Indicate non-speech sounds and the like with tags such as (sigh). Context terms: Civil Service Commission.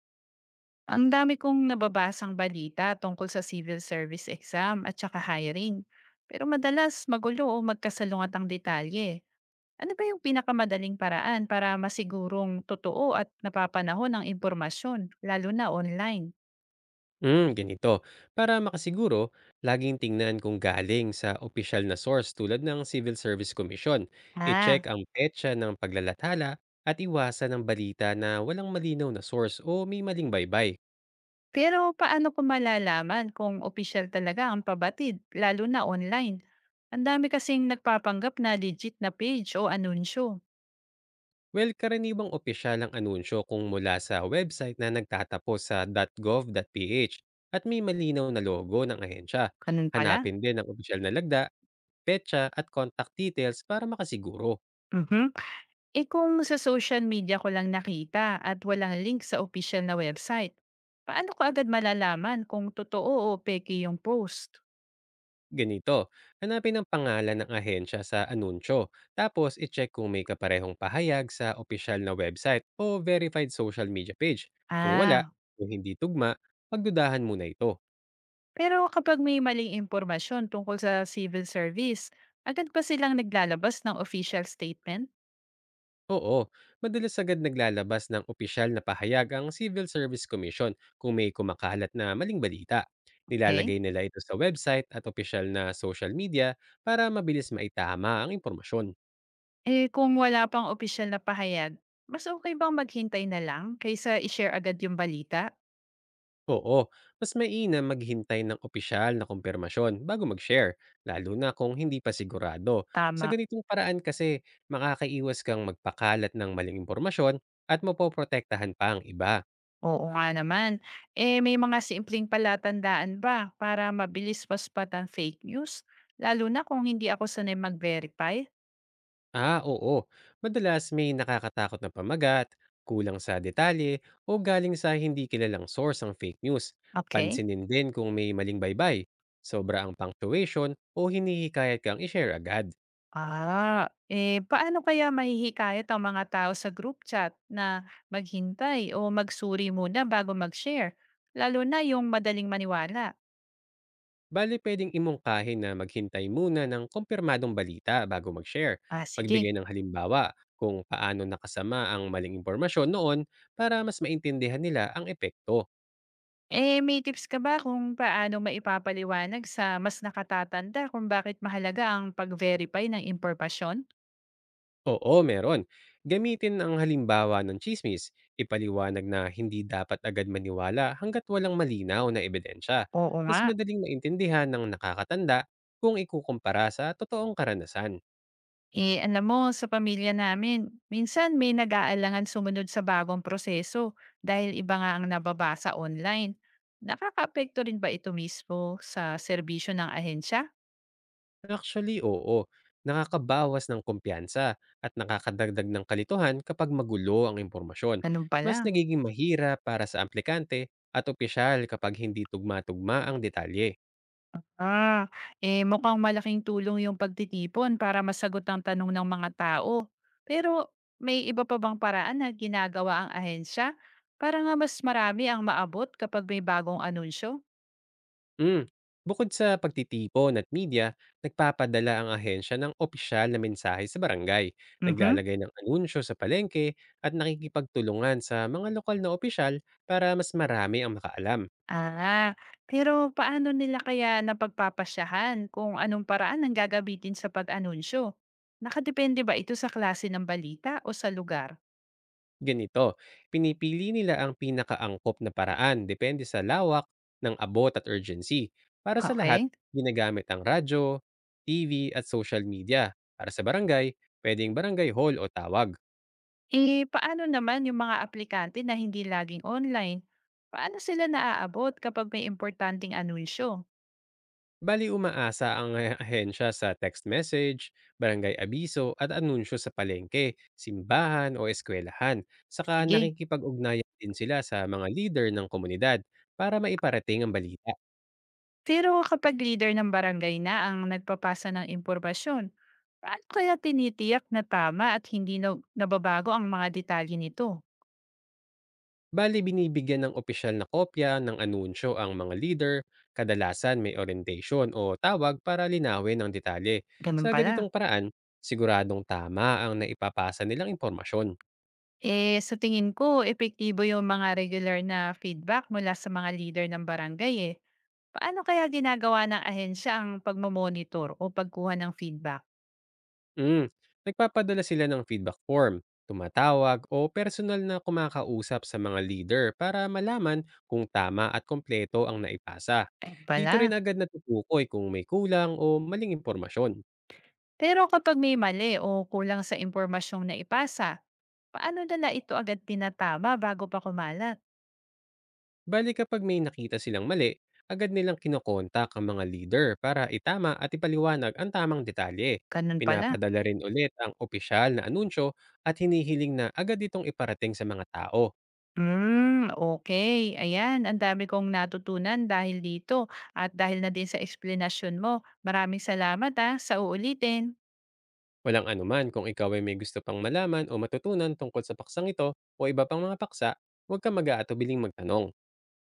Ang dami kong nababasang balita tungkol sa civil service exam at saka hiring. Pero madalas magulo o magkasalungat ang detalye. Ano ba yung pinakamadaling paraan para masigurong totoo at napapanahon ang impormasyon, lalo na online? Hmm, ganito. Para makasiguro, laging tingnan kung galing sa opisyal na source tulad ng Civil Service Commission. Ah, I-check ang petsa ng paglalathala at iwasan ang balita na walang malinaw na source o may maling baybay. pero paano ko malalaman kung official talaga ang pabatid, lalo na online? Ang dami kasing nagpapanggap na legit na page o anunsyo. Well, karaniwang opisyal ang anunsyo kung mula sa website na nagtatapos sa .gov.ph at may malinaw na logo ng ahensya. Ganun pala. Hanapin din ang opisyal na lagda, petsa at contact details para makasiguro. Mhm. Eh kung sa social media ko lang nakita at walang link sa official na website, paano ko agad malalaman kung totoo o peke yung post? Ganito, hanapin ang pangalan ng ahensya sa anunsyo, tapos i-check kung may kaparehong pahayag sa opisyal na website o verified social media page. Kung wala, Ah, o hindi tugma, pagdudahan muna ito. pero kapag may maling impormasyon tungkol sa civil service, agad pa silang naglalabas ng official statement? Oo, madalas agad naglalabas ng opisyal na pahayag ang Civil Service Commission kung may kumakalat na maling balita. Okay? Nilalagay nila ito sa website at opisyal na social media para mabilis maitama ang impormasyon. Eh kung wala pang opisyal na pahayag, mas okay bang maghintay na lang kaysa i-share agad yung balita? Oo, mas mainam maghintay ng opisyal na kumpirmasyon bago mag-share, lalo na kung hindi pa sigurado. Sa Tama. ganitong paraan kasi, makakaiwas kang magpakalat ng maling impormasyon at mapoprotektahan pa ang iba. Oo nga naman. Eh, may mga simpleng palatandaan ba para mabilis paspat ang fake news? Lalo na kung hindi ako sanay mag-verify? Ah, oo. Madalas may nakakatakot na pamagat, kulang sa detalye, o galing sa hindi kilalang source ang fake news. Okay. Pansinin din kung may maling baybay, sobra ang punctuation, o hinihikayat kang ishare agad. Ah, eh, paano kaya mahihikayat ang mga tao sa group chat na maghintay o magsuri muna bago mag-share? Lalo na yung madaling maniwala. Bale, pwedeng imungkahi na maghintay muna ng kumpirmadong balita bago mag-share. Ah, sige. Magbigay ng halimbawa kung paano nakasama ang maling impormasyon noon para mas maintindihan nila ang epekto. Eh, may tips ka ba kung paano maipapaliwanag sa mas nakatatanda kung bakit mahalaga ang pag-verify ng impormasyon? Oo, meron. Gamitin ang halimbawa ng chismis. Ipaliwanag na hindi dapat agad maniwala hanggat walang malinaw na ebidensya. Oo nga. Mas madaling maintindihan ng nakakatanda kung ikukumpara sa totoong karanasan. Eh, alam mo, sa pamilya namin, minsan may nag-aalangan sumunod sa bagong proseso dahil iba nga ang nababasa online. Nakakaapekto rin ba ito mismo sa serbisyo ng ahensya? Actually, oo. Nakakabawas ng kumpiyansa at nakakadagdag ng kalituhan kapag magulo ang impormasyon. Ganun Mas pala. nagiging mahira para sa aplikante at opisyal kapag hindi tugma-tugma ang detalye. Ah, eh mukhang malaking tulong yung pagtitipon para masagot ang tanong ng mga tao. Pero may iba pa bang paraan na ginagawa ang ahensya para nga mas marami ang maabot kapag may bagong anunsyo? Mm. Bukod sa pagtitipon at media, nagpapadala ang ahensya ng opisyal na mensahe sa barangay, Mhm. naglalagay ng anunsyo sa palengke at nakikipagtulungan sa mga lokal na opisyal para mas marami ang makaalam. Ah, pero paano nila kaya napagpapasyahan kung anong paraan ang gagabitin sa pag-anunsyo? Nakadepende ba ito sa klase ng balita o sa lugar? Ganito, pinipili nila ang pinakaangkop na paraan depende sa lawak ng abot at urgency. Para sa lahat, Okay. ginagamit ang radyo, TV at social media. Para sa barangay, pwedeng barangay hall o tawag. Eh, paano naman yung mga aplikante na hindi laging online? Paano sila naaabot kapag may importanteng anunsyo? Bali umaasa ang (laughs) ahensya sa text message, barangay abiso at anunsyo sa palengke, simbahan o eskwelahan. Saka Sige. nakikipag-ugnayan din sila sa mga leader ng komunidad para maiparating ang balita. Pero kapag leader ng barangay na ang nagpapasa ng impormasyon, paano kaya tinitiyak na tama at nababago ang mga detalye nito? Bale binibigyan ng opisyal na kopya ng anunsyo ang mga leader, kadalasan may orientation o tawag para linawin ang detalye. Ganun Sa pala. ganitong paraan, siguradong tama ang naipapasa nilang impormasyon. Eh, sa tingin ko, epektibo yung mga regular na feedback mula sa mga leader ng barangay eh. Paano kaya ginagawa ng ahensya ang pagmamonitor o pagkuha ng feedback? Mm. Nagpapadala sila ng feedback form, tumatawag o personal na kumakausap sa mga leader para malaman kung tama at kompleto ang naipasa. Ay Dito pala. rin agad natutukoy kung may kulang o maling impormasyon. Pero kapag may mali o kulang sa impormasyong na ipasa, paano nila ito agad pinatama bago pa kumalat? Bali kapag may nakita silang mali, agad nilang kinokontak ang mga leader para itama at ipaliwanag ang tamang detalye. Ganun pala. Pinapadala rin ulit ang opisyal na anunsyo at hinihiling na agad itong iparating sa mga tao. Hmm, okay. Ayan, ang dami kong natutunan dahil dito at dahil na din sa explanation mo. Maraming salamat ah, sa uulitin. Walang anuman kung ikaw ay may gusto pang malaman o matutunan tungkol sa paksang ito o iba pang mga paksa, huwag ka mag-aatubiling magtanong.